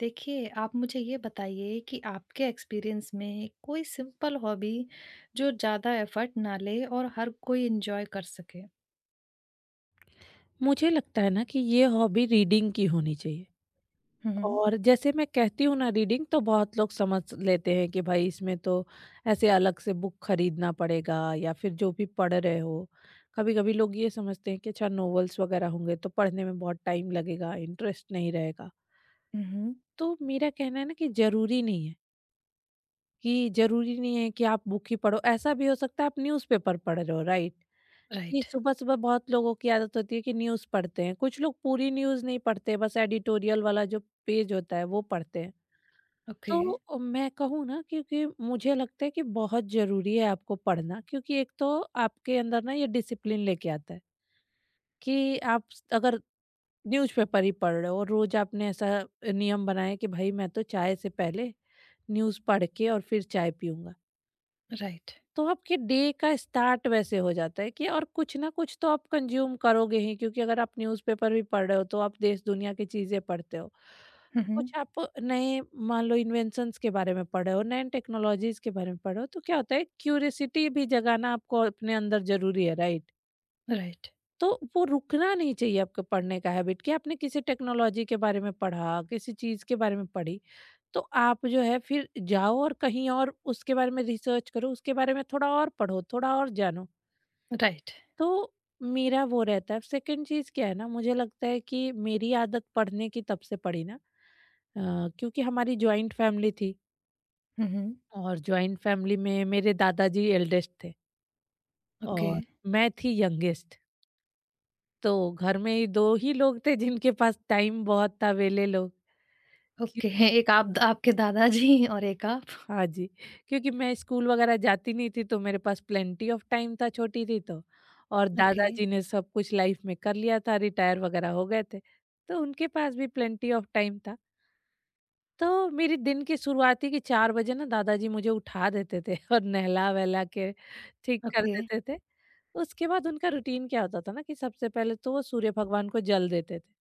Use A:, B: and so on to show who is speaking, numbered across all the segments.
A: देखिए, आप मुझे ये बताइए कि आपके एक्सपीरियंस में कोई सिंपल हॉबी जो ज़्यादा एफर्ट ना ले और हर कोई एन्जॉय कर सके?
B: मुझे लगता है ना कि ये हॉबी रीडिंग की होनी चाहिए।
A: हुँ, हुँ।
B: और जैसे मैं कहती हूँ ना, रीडिंग तो बहुत लोग समझ लेते हैं कि भाई इसमें तो ऐसे अलग से बुक खरीदना पड़ेगा या फिर जो भी पढ़ रहे हो। कभी कभी लोग ये समझते हैं कि अच्छा नॉवेल्स वगैरह होंगे तो पढ़ने में बहुत टाइम लगेगा, इंटरेस्ट नहीं रहेगा।
A: हुँ, हुँ।
B: तो मेरा कहना है ना कि जरूरी नहीं है कि आप बुक ही पढ़ो। ऐसा भी हो सकता है आप न्यूज़पेपर पढ़ रहे हो, राइट? कि
A: राइट।
B: सुबह-सुबह बहुत लोगों की आदत होती है कि न्यूज़ पढ़ते हैं। कुछ लोग पूरी न्यूज़ नहीं पढ़ते, बस एडिटोरियल वाला जो पेज होता है वो पढ़ते हैं।
A: ओके।
B: तो मैं कहूँ ना, क्योंकि मुझे लगता है कि बहुत ज़रूरी है आपको पढ़ना। क्योंकि एक तो आपके अंदर ना ये डिसिप्लिन लेके आता है कि आप स अगर न्यूज़पेपर ही पढ़ रहे हो और रोज़ आपने ऐसा नियम बनाया कि भाई मैं तो चाय से पहले न्यूज़ पढ़ के और फिर चाय पीऊँगा।
A: राइट।
B: तो आपके डे का स्टार्ट वैसे हो जाता है कि और कुछ ना कुछ तो आप कंज्यूम करोगे ही। क्योंकि अगर आप न्यूज़पेपर भी पढ़ रहे हो तो आप देश दुनिया की चीजें पढ़ते हो।
A: हुँ, हुँ।
B: कुछ आप नए, मान लो इन्वेंशंस के बारे में पढ़ रहे हो, नए टेक्नोलॉजीज के बारे में पढ़ रहे हो, तो क्या होता है क्यूरियोसिटी भी जगाना आपको अपने अंदर ज़रूरी है, राइट?
A: राइट।
B: तो वो रुकना नहीं चाहिए आपके पढ़ने का हैबिट कि आपने किसी टेक्नोलॉजी के बारे में पढ़ा, किसी चीज़ के बारे में पढ़ी, तो आप जो है फिर जाओ और कहीं और उसके बारे में रिसर्च करो, उसके बारे में थोड़ा और पढ़ो, थोड़ा और जानो।
A: राइट।
B: तो मेरा वो रहता है। सेकंड चीज़ क्या है ना, मुझे लगता है कि मेरी आदत पढ़ने की तब से पड़ी ना, क्योंकि हमारी जॉइंट फैमिली थी।
A: हुँ, हुँ।
B: और जॉइंट फैमिली में मेरे दादाजी एल्डेस्ट थे
A: ओके।
B: और मैं थी यंगेस्ट। तो घर में 2 ही लोग थे जिनके पास टाइम बहुत था, वेले लोग। क्यों?
A: ओके। एक आप आपके दादाजी और एक आप।
B: हाँ जी, क्योंकि मैं स्कूल वगैरह जाती नहीं थी तो मेरे पास प्लेंटी ऑफ टाइम था, छोटी थी तो। और
A: ओके।
B: दादाजी ने सब कुछ लाइफ में कर लिया था, रिटायर वगैरह हो गए थे, तो उनके पास भी प्लेंटी ऑफ टाइम था। तो मेरी दिन की शुरुआत ही कि 4 बजे ना दादाजी मुझे उठा देते थे और नहला-वहला के ठीक कर
A: ओके।
B: देते थे। उसके बाद उनका रूटीन क्या होता था ना कि सबसे पहले तो वो सूर्य भगवान को जल देते थे।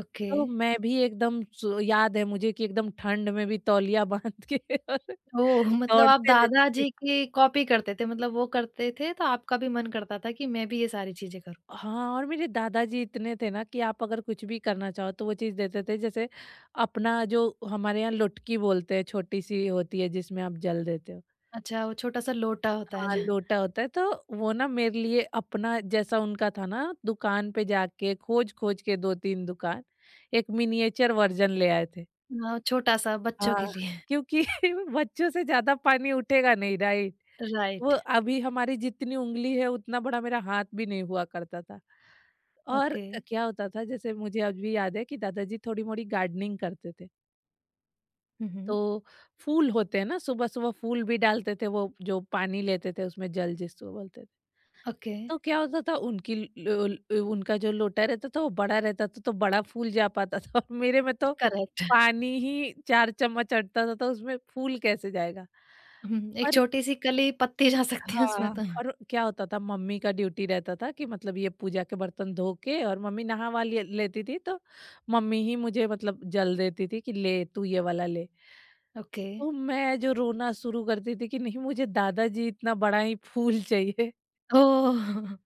A: ओके।
B: तो मैं भी एकदम याद है मुझे कि एकदम ठंड में भी तौलिया बाँध के और
A: ओह! मतलब आप
B: दौड़ते रहते थे।
A: दादाजी की कॉपी करते थे। मतलब वो करते थे तो आपका भी मन करता था कि मैं भी ये सारी चीज़ें करूँ।
B: हाँ, और मेरे दादाजी इतने थे ना कि आप अगर कुछ भी करना चाहो तो वो चीज़ देते थे। जैसे अपना जो हमारे यहाँ लुटकी बोलते हैं, छोटी-सी होती है जिसमें आप जल देते हो।
A: अच्छा, वो छोटा-सा लोटा होता
B: हाँ,
A: है।
B: लोटा होता है तो वो ना मेरे लिए अपना जैसा उनका था ना, दुकान पे जाके खोज-खोज के 2-3 दुकान, एक मिनिएचर वर्ज़न ले आए थे।
A: हाँ, छोटा-सा बच्चों
B: हाँ,
A: के लिए।
B: क्योंकि बच्चों से ज़्यादा पानी उठेगा नहीं, राइट? वो
A: राइट,
B: अभी हमारी जितनी उंगली है उतना बड़ा मेरा हाथ भी नहीं हुआ करता था। और
A: ओके।
B: क्या होता था, जैसे मुझे आज भी याद है कि दादाजी थोड़ी-मोड़ी गार्डनिंग करते थे।
A: हुँ, हुँ।
B: तो फूल होते हैं ना, सुबह-सुबह फूल भी डालते थे वो, जो पानी लेते थे उसमें जल जिसको बोलते थे।
A: ओके,
B: तो क्या होता था उनकी ल ल उनका जो लोटा रहता था वो बड़ा रहता था तो बड़ा फूल जा पाता था और मेरे में तो
A: करेक्ट।
B: पानी ही 4 चम्मच अटता था, तो उसमें फूल कैसे जाएगा?
A: हुँ, एक
B: और
A: छोटी-सी कली पत्ती जा सकती है उसमें
B: हाँ,
A: तो।
B: और क्या होता था मम्मी का ड्यूटी रहता था कि मतलब ये पूजा के बर्तन धो के और मम्मी लेती थी तो मम्मी ही मुझे मतलब जल देती थी कि ले तू ये वाला ले।
A: ओके।
B: तो मैं जो रोना शुरू करती थी कि नहीं, मुझे दादाजी इतना बड़ा ही फूल चाहिए।
A: ओह!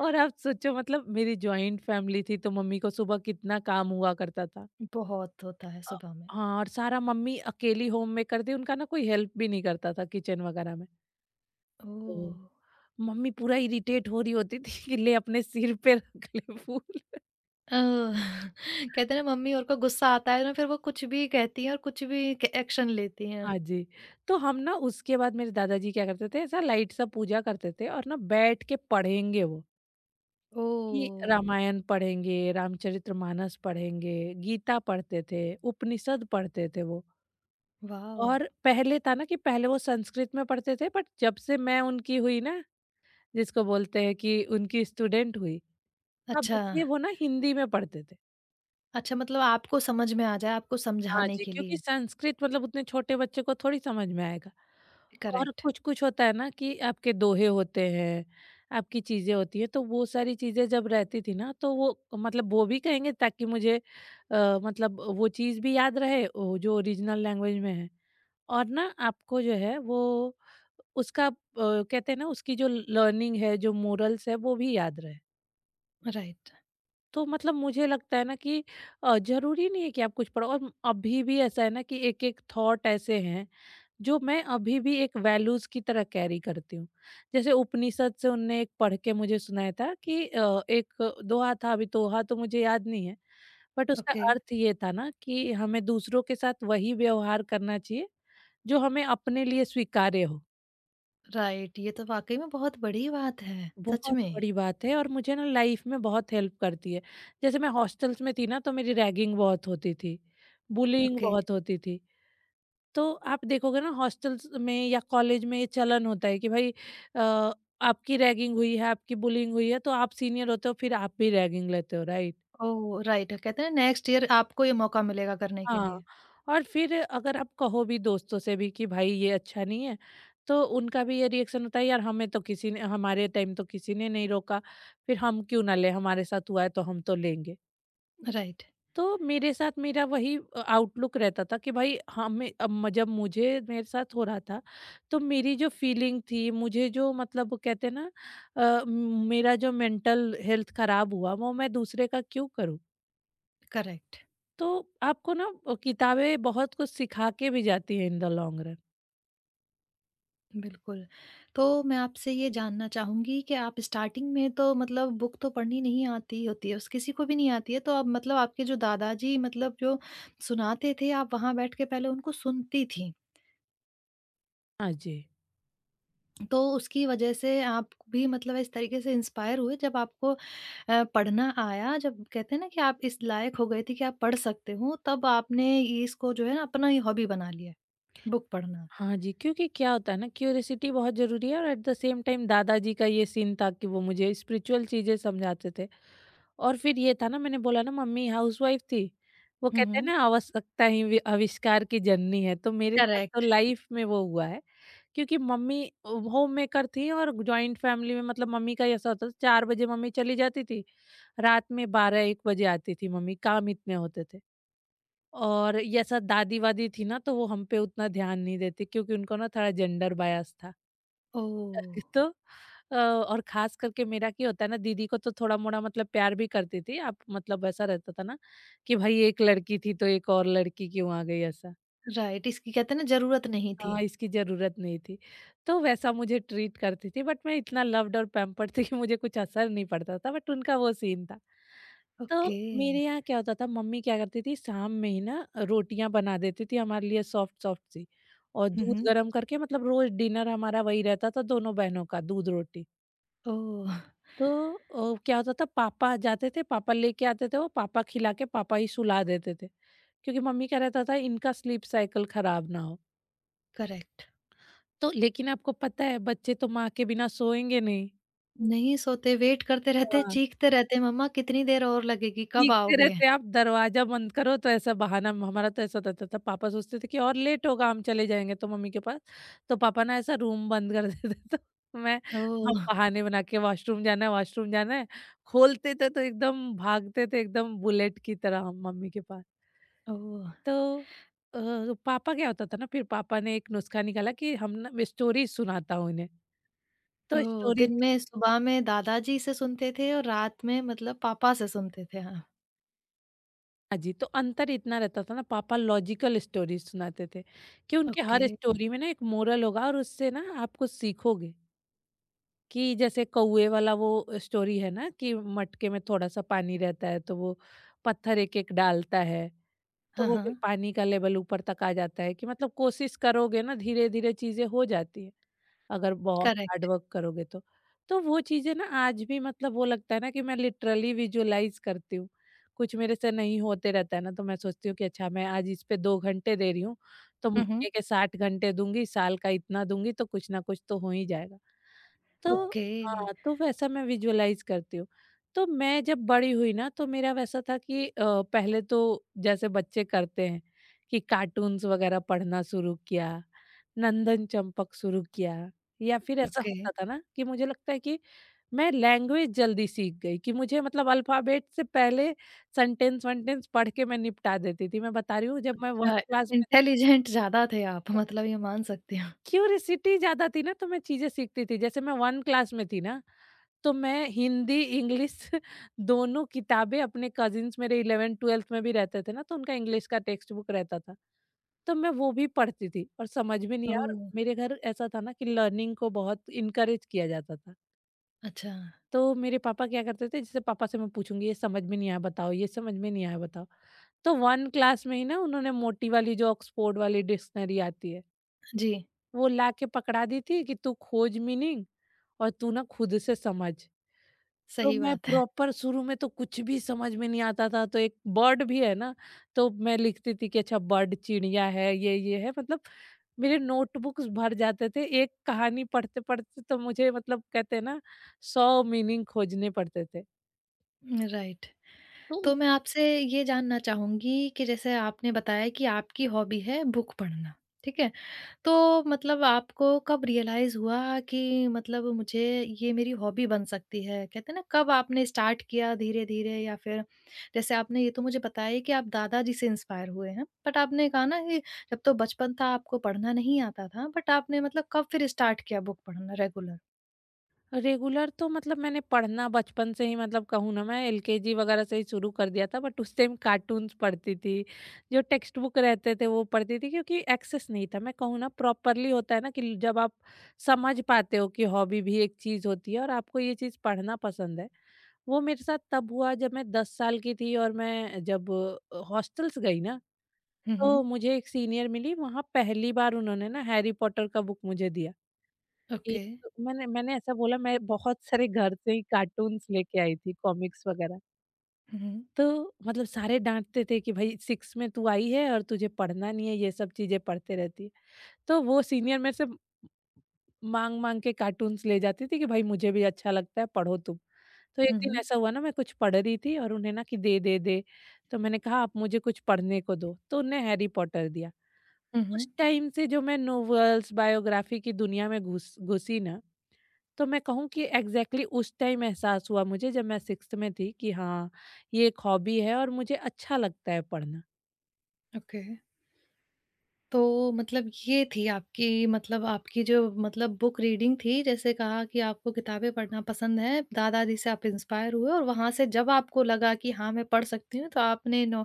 B: और आप सोचो, मतलब मेरी जॉइंट फैमिली थी तो मम्मी को सुबह कितना काम हुआ करता था।
A: बहुत होता है
B: अ,
A: सुबह में।
B: हाँ, और सारा मम्मी अकेली होम में करती, उनका ना कोई हेल्प भी नहीं करता था किचन वगैरह में।
A: ओह!
B: मम्मी पूरा इरिटेट हो रही होती थी कि ले अपने सिर पे रख ले फूल।
A: ओह! कहते हैं ना मम्मी और को गुस्सा आता है ना फिर वो कुछ भी कहती हैं और कुछ भी क एक्शन लेती हैं।
B: हाँ जी। तो हम ना उसके बाद मेरे दादाजी क्या करते थे ऐसा लाइट सा पूजा करते थे और ना बैठ के पढ़ेंगे वो, कि
A: ओह!
B: रामायण पढ़ेंगे, रामचरितमानस पढ़ेंगे, गीता पढ़ते थे, उपनिषद पढ़ते थे वो।
A: वाव!
B: और पहले था ना कि पहले वो संस्कृत में पढ़ते थे, बट जब से मैं उनकी हुई ना, जिसको बोलते हैं कि उनकी स्टूडेंट हुई, तब
A: अच्छा,
B: से वो ना हिंदी में पढ़ते थे।
A: अच्छा मतलब आपको समझ में आ जाए आपको
B: हाँ
A: समझाने
B: जी,
A: के
B: क्योंकि
A: लिए।
B: संस्कृत मतलब उतने छोटे बच्चे को थोड़ी समझ में आएगा। और
A: करेक्ट,
B: कुछ-कुछ होता है ना कि आपके दोहे होते हैं, आपकी चीज़ें होती हैं, तो वो सारी चीज़ें जब रहती थी ना तो वो मतलब वो भी कहेंगे ताकि मुझे मतलब वो चीज़ भी याद रहे ओ, जो ओरिजिनल लैंग्वेज में है। और ना आपको जो है वो उसका कहते हैं ना, उसकी जो लर्निंग है, जो मोरल्स है वो भी याद रहे।
A: राइट,
B: तो मतलब मुझे लगता है ना कि ज़रूरी नहीं है कि आप कुछ पढ़ो और अभी भी ऐसा है ना कि एक-एक थॉट ऐसे हैं, जो मैं अभी भी एक वैल्यूज़ की तरह कैरी करती हूँ। जैसे उपनिषद से उनने एक पढ़ के मुझे सुनाया था कि एक दोहा था, अभी दोहा तो मुझे याद नहीं है, बट उसका
A: ओके।
B: अर्थ ये था ना कि हमें दूसरों के साथ वही व्यवहार करना चाहिए, जो हमें अपने लिए स्वीकार्य हो।
A: राइट, ये तो वाकई में बहुत बड़ी बात है सच
B: बहुत
A: में।
B: बड़ी बात है और मुझे ना लाइफ में बहुत हेल्प करती है। जैसे मैं हॉस्टल्स में थी ना तो मेरी रैगिंग बहुत होती थी, बुलिंग
A: ओके।
B: बहुत होती थी। तो आप देखोगे ना हॉस्टल्स में या कॉलेज में ये चलन होता है कि भाई अ, आपकी रैगिंग हुई है, आपकी बुलिंग हुई है, तो आप सीनियर होते हो फिर आप भी रैगिंग लेते हो, राइट?
A: ओ राइट, कहते हैं नेक्स्ट ईयर आपको ये मौका मिलेगा करने के
B: हाँ,
A: लिए।
B: और फिर अगर आप कहो भी दोस्तों से भी कि भाई ये अच्छा नहीं है, तो उनका भी ये रिएक्शन होता है यार हमें तो किसी ने हमारे टाइम तो किसी ने नहीं रोका, फिर हम क्यों ना लें, हमारे साथ हुआ है तो हम तो लेंगे।
A: राइट।
B: तो मेरे साथ मेरा वही आउटलुक रहता था कि भाई हमें अब म जब मुझे मेरे साथ हो रहा था, तो मेरी जो फीलिंग थी, मुझे जो मतलब वो कहते हैं ना मेरा जो मेंटल हेल्थ खराब हुआ वो मैं दूसरे का क्यों करूँ?
A: करेक्ट।
B: तो आपको ना किताबें बहुत कुछ सिखा के भी जाती है इन द लॉन्ग रन।
A: बिल्कुल। तो मैं आपसे ये जानना चाहूंगी कि आप स्टार्टिंग में तो मतलब बुक तो पढ़नी नहीं आती होती है, उस किसी को भी नहीं आती है, तो अब मतलब आपके जो दादाजी मतलब जो सुनाते थे, आप वहां बैठ के पहले उनको सुनती थी।
B: हाँ जी।
A: तो उसकी वजह से आप भी मतलब इस तरीके से इंस्पायर हुए, जब आपको पढ़ना आया, जब कहते हैं ना कि आप इस लायक हो गए थे कि आप पढ़ सकते हो, तब आपने ये इसको जो है ना अपना ये हॉबी बना लिया, बुक पढ़ना।
B: हाँ जी, क्योंकि क्या होता है ना क्यूरियोसिटी बहुत ज़रूरी है और एट द सेम टाइम दादाजी का ये सीन था कि वो मुझे स्पिरिचुअल चीज़ें समझाते थे। और फिर ये था ना मैंने बोला ना मम्मी हाउसवाइफ थी। वो
A: हुँ,
B: कहते हैं
A: हुँ।
B: ना आवश्यकता ही वि आविष्कार की जननी है, तो मेरे साथ तो
A: करेक्ट।
B: लाइफ में वो हुआ है। क्योंकि मम्मी होममेकर थी और जॉइंट फैमिली में मतलब मम्मी का ऐसा होता था 4 बजे मम्मी चली जाती थी, रात में 12-1 बजे आती थी मम्मी, काम इतने होते थे। और ये ऐसा दादी-वादी थी ना तो वो हम पे उतना ध्यान नहीं देती क्योंकि उनको ना थोड़ा जेंडर बायस था।
A: ओह!
B: तो और ख़ास करके मेरा क्या होता है ना दीदी को तो थोड़ा-मोड़ा मतलब प्यार भी करती थी। आप मतलब ऐसा रहता था ना कि भाई एक लड़की थी तो एक और लड़की क्यों आ गई ऐसा।
A: राइट, इसकी कहते हैं ना ज़रूरत नहीं थी।
B: हाँ, इसकी ज़रूरत नहीं थी। तो वैसा मुझे ट्रीट करती थी, बट मैं इतना लव्ड और पैम्पर्ड थी कि मुझे कुछ असर नहीं पड़ता था, बट उनका वो सीन था। तो
A: ओके।
B: मेरे यहाँ क्या होता था मम्मी क्या करती थी शाम में ही ना रोटियाँ बना देती थी हमारे लिए सॉफ्ट-सॉफ्ट सी और
A: हुँ,
B: दूध
A: हुँ।
B: गरम करके मतलब रोज़ डिनर हमारा वही रहता था दोनों बहनों का, दूध रोटी।
A: ओह!
B: तो क्या होता था पापा जाते थे, पापा लेके आते थे, वो पापा खिला के पापा ही सुला देते थे। क्योंकि मम्मी का रहता था इनका स्लीप साइकिल खराब ना हो।
A: करेक्ट।
B: तो लेकिन आपको पता है बच्चे तो माँ के बिना सोएंगे नहीं।
A: नहीं सोते, वेट करते रहते,
B: हाँ।
A: चीखते रहते, मम्मा कितनी देर और लगेगी, कब
B: चीखते
A: आओगे?
B: रहते, आप दरवाज़ा बंद करो तो ऐसा बहाना हमारा तो ऐसा रहता था पापा सोचते थे कि और लेट होगा, हम चले जाएँगे तो मम्मी के पास। तो पापा ना ऐसा रूम बंद कर देते थे तो मैं हम
A: ओह!
B: बहाने बना के वॉशरूम जाना है, वॉशरूम जाना है, खोलते थे तो एकदम भागते थे एकदम बुलेट की तरह हम मम्मी के पास।
A: ओह!
B: तो पापा क्या होता था ना फिर पापा ने एक नुस्खा निकाला कि हम ना मैं स्टोरीज़ सुनाता हूँ इन्हें। तो
A: ओह! दिन
B: स्टोरीज़
A: में सुबह में दादाजी से सुनते थे और रात में मतलब पापा से सुनते थे। हाँ।
B: हाँ जी, तो अंतर इतना रहता था ना पापा लॉजिकल स्टोरीज सुनाते थे कि उनके
A: ओके।
B: हर स्टोरी में ना एक मोरल होगा और उससे ना आप कुछ सीखोगे कि जैसे कौए वाला वो स्टोरी है ना कि मटके में थोड़ा-सा पानी रहता है तो वो पत्थर एक-एक डालता है, तो
A: हाँ,
B: वो फिर
A: हाँ।
B: पानी का लेवल ऊपर तक आ जाता है कि मतलब कोशिश करोगे ना धीरे-धीरे चीज़ें हो जाती हैं। अगर बहुत हार्ड
A: करेक्ट।
B: वर्क करोगे तो। तो वो चीज़ें ना आज भी मतलब वो लगता है ना कि मैं लिटरली विजुअलाइज़ करती हूँ। कुछ मेरे से नहीं होते रहता है ना तो मैं सोचती हूँ कि अच्छा मैं आज इस पे 2 घंटे दे रही हूँ, तो
A: हुँ, हुँ।
B: महीने के 60 घंटे दूँगी, साल का इतना दूँगी तो कुछ ना कुछ तो हो ही जाएगा। तो
A: ओके,
B: हाँ, तो वैसा मैं विजुअलाइज़ करती हूँ। तो मैं जब बड़ी हुई ना तो मेरा वैसा था पहले तो जैसे बच्चे करते हैं कि कार्टून्स वगैरह पढ़ना शुरू किया, नंदन चंपक शुरू किया। या फिर ऐसा
A: ओके।
B: होता था ना कि मुझे लगता है कि मैं लैंग्वेज जल्दी सीख गई कि मुझे मतलब अल्फाबेट से पहले सेंटेंस वेंटेंस पढ़ के मैं निपटा देती थी, मैं बता रही हूँ जब मैं वन
A: अ,
B: क्लास में
A: इंटेलिजेंट ज़्यादा थे आप, मतलब ये मान सकती हूँ।
B: क्यूरिसिटी ज्यादा थी ना, तो मैं चीजें सीखती थी। जैसे मैं वन क्लास में थी ना तो मैं हिंदी इंग्लिश दोनों किताबें, अपने कजिन्स मेरे इलेवेंथ ट्वेल्थ में भी रहते थे ना तो उनका इंग्लिश का टेक्स्ट बुक रहता था तो मैं वो भी पढ़ती थी और समझ में नहीं आया, और
A: ओह!
B: मेरे घर ऐसा था ना कि लर्निंग को बहुत इनकरेज किया जाता था।
A: अच्छा।
B: तो मेरे पापा क्या करते थे, जैसे पापा से मैं पूछूंगी ये समझ में नहीं आया बताओ, ये समझ में नहीं आया बताओ। तो वन क्लास में ही ना उन्होंने मोटी वाली जो ऑक्सफोर्ड वाली डिक्शनरी आती है
A: जी,
B: वो ला के पकड़ा दी थी कि तू खोज मीनिंग और तू ना खुद से समझ। तो
A: सही
B: मैं
A: बात है।
B: प्रॉपर, शुरू में तो कुछ भी समझ में नहीं आता था, तो एक बर्ड भी है ना तो मैं लिखती थी कि अच्छा बर्ड चिड़िया है, ये है मतलब। मेरे नोटबुक्स भर जाते थे एक कहानी पढ़ते पढ़ते, तो मुझे मतलब कहते हैं ना, 100 मीनिंग खोजने पड़ते थे।
A: राइट।
B: तो
A: तो मैं आपसे ये जानना चाहूँगी कि जैसे आपने बताया कि आपकी हॉबी है बुक पढ़ना, ठीक है? तो मतलब आपको कब रियलाइज़ हुआ कि मतलब मुझे ये मेरी हॉबी बन सकती है? कहते हैं ना, कब आपने स्टार्ट किया धीरे-धीरे, या फिर जैसे आपने ये तो मुझे बताया ही कि आप दादाजी से इंस्पायर हुए हैं। बट आपने कहा ना कि जब तो बचपन था आपको पढ़ना नहीं आता था, बट आपने मतलब कब फिर स्टार्ट किया बुक पढ़ना रेगुलर?
B: रेगुलर तो मतलब मैंने पढ़ना बचपन से ही, मतलब कहूँ ना मैं एलकेजी वगैरह से ही शुरू कर दिया था, बट उस टाइम कार्टून्स पढ़ती थी, जो टेक्स्ट बुक रहते थे वो पढ़ती थी, क्योंकि एक्सेस नहीं था मैं कहूँ ना। प्रॉपरली होता है ना कि जब आप समझ पाते हो कि हॉबी भी एक चीज़ होती है और आपको ये चीज़ पढ़ना पसंद है, वो मेरे साथ तब हुआ जब मैं 10 साल की थी और मैं जब हॉस्टल्स गई ना,
A: हुँ,
B: तो
A: हुँ।
B: मुझे एक सीनियर मिली वहाँ, पहली बार उन्होंने ना हैरी पॉटर का बुक मुझे दिया। जी,
A: ओके।
B: तो मैंने मैंने ऐसा बोला, मैं बहुत सारे घर से ही कार्टून्स लेके आई थी, कॉमिक्स वगैरह।
A: हुँ, हुँ।
B: तो मतलब सारे डाँटते थे कि भई 6 में तू आई है और तुझे पढ़ना नहीं है, ये सब चीज़ें पढ़ते रहती है। तो वो सीनियर मेरे से माँग-माँग के कार्टून्स ले जाती थी कि भाई मुझे भी अच्छा लगता है, पढ़ो तुम। तो एक
A: हुँ,
B: दिन
A: हुँ।
B: ऐसा हुआ ना, मैं कुछ पढ़ रही थी और उन्हें ना कि दे, दे, दे। तो मैंने कहा आप मुझे कुछ पढ़ने को दो, तो उन्हें हैरी पॉटर दिया।
A: हुँ,
B: उस
A: हुँ।
B: टाइम से जो मैं नोवेल्स, बायोग्राफी की दुनिया में घुस घुसी ना, तो मैं कहूँ कि एग्जैक्टली उस टाइम एहसास हुआ मुझे, जब मैं सिक्स्थ में थी, कि हाँ ये एक हॉबी है और मुझे अच्छा लगता है पढ़ना।
A: ओके। तो मतलब ये थी आपकी मतलब आपकी जो मतलब बुक रीडिंग थी, जैसे कहा कि आपको किताबें पढ़ना पसंद है, दादाजी से आप इंस्पायर हुए और वहाँ से जब आपको लगा कि हाँ मैं पढ़ सकती हूँ, तो आपने नो,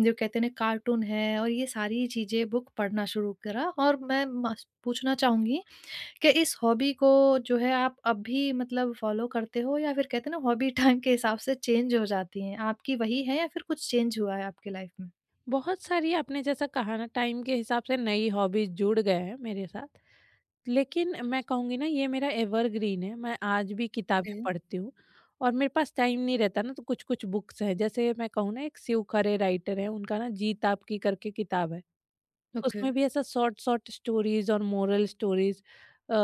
A: जो कहते हैं ना कार्टून है और ये सारी चीज़ें बुक पढ़ना शुरू करा। और मैं पूछना चाहूंगी कि इस हॉबी को जो है आप अब भी मतलब फॉलो करते हो, या फिर कहते हैं ना हॉबी टाइम के हिसाब से चेंज हो जाती हैं, आपकी वही है या फिर कुछ चेंज हुआ है आपकी लाइफ में?
B: बहुत सारी, आपने जैसा कहा ना, टाइम के हिसाब से नई हॉबीज जुड़ गए हैं मेरे साथ, लेकिन मैं कहूँगी ना ये मेरा एवरग्रीन है, मैं आज भी किताबें पढ़ती हूँ। और मेरे पास टाइम नहीं रहता ना, तो कुछ कुछ बुक्स हैं, जैसे मैं कहूँ ना, एक शिव खरे राइटर हैं, उनका ना जीत आपकी करके किताब है,
A: ओके।
B: उसमें भी ऐसा शॉर्ट शॉर्ट स्टोरीज और मोरल स्टोरीज अ,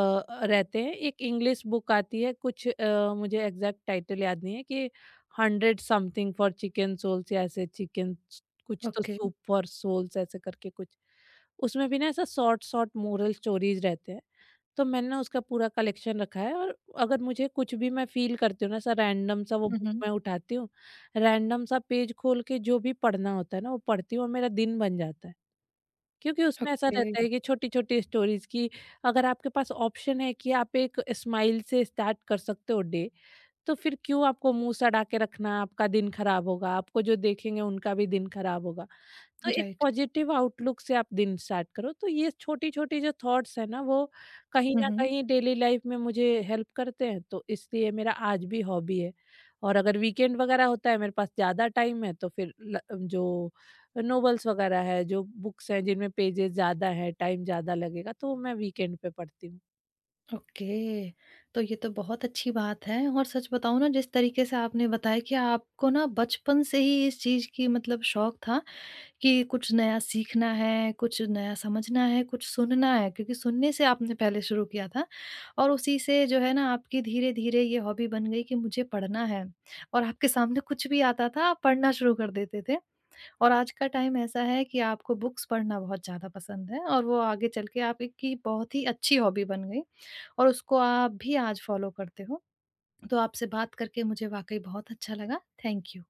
B: रहते हैं। एक इंग्लिश बुक आती है कुछ, मुझे एग्जैक्ट टाइटल याद नहीं है, कि hundred something for chicken souls या ऐसे चिकन, कुछ तो
A: ओके।
B: सूप फॉर सोल्स ऐसे करके कुछ। उसमें भी ना ऐसा शॉर्ट शॉर्ट मोरल स्टोरीज रहते हैं। तो मैंने ना उसका पूरा कलेक्शन रखा है, और अगर मुझे कुछ भी मैं फील करती हूँ ना ऐसा रैंडम सा, वो बुक
A: ओके।
B: मैं उठाती हूँ, रैंडम सा पेज खोल के जो भी पढ़ना होता है ना वो पढ़ती हूँ और मेरा दिन बन जाता है। क्योंकि उसमें ऐसा रहता
A: ओके,
B: है कि छोटी-छोटी स्टोरीज़ की, अगर आपके पास ऑप्शन है कि आप एक स्माइल से स्टार्ट कर सकते हो डे, तो फिर क्यों आपको मुँह सड़ा के रखना, आपका दिन खराब होगा, आपको जो देखेंगे उनका भी दिन खराब होगा। तो एक
A: राइट।
B: पॉजिटिव आउटलुक से आप दिन स्टार्ट करो, तो ये छोटी-छोटी जो थॉट्स है ना, वो कहीं
A: हुँ,
B: न
A: हुँ।
B: कहीं डेली लाइफ में मुझे हेल्प करते हैं, तो इसलिए मेरा आज भी हॉबी है। और अगर वीकेंड वगैरह होता है, मेरे पास ज़्यादा टाइम है, तो फिर ल जो नॉवेल्स वगैरह है, जो बुक्स हैं जिनमें पेजेस ज़्यादा हैं, टाइम ज़्यादा लगेगा, तो मैं वीकेंड पे पढ़ती हूँ।
A: ओके, तो ये तो बहुत अच्छी बात है। और सच बताऊँ ना, जिस तरीके से आपने बताया कि आपको ना बचपन से ही इस चीज़ की मतलब शौक था कि कुछ नया सीखना है, कुछ नया समझना है, कुछ सुनना है, क्योंकि सुनने से आपने पहले शुरू किया था और उसी से जो है ना आपकी धीरे-धीरे ये हॉबी बन गई कि मुझे पढ़ना है, और आपके सामने कुछ भी आता था, आप पढ़ना शुरू कर देते थे। और आज का टाइम ऐसा है कि आपको बुक्स पढ़ना बहुत ज़्यादा पसंद है और वो आगे चल के आप एक की बहुत ही अच्छी हॉबी बन गई और उसको आप भी आज फॉलो करते हो। तो आपसे बात करके मुझे वाक़ई बहुत अच्छा लगा। Thank you.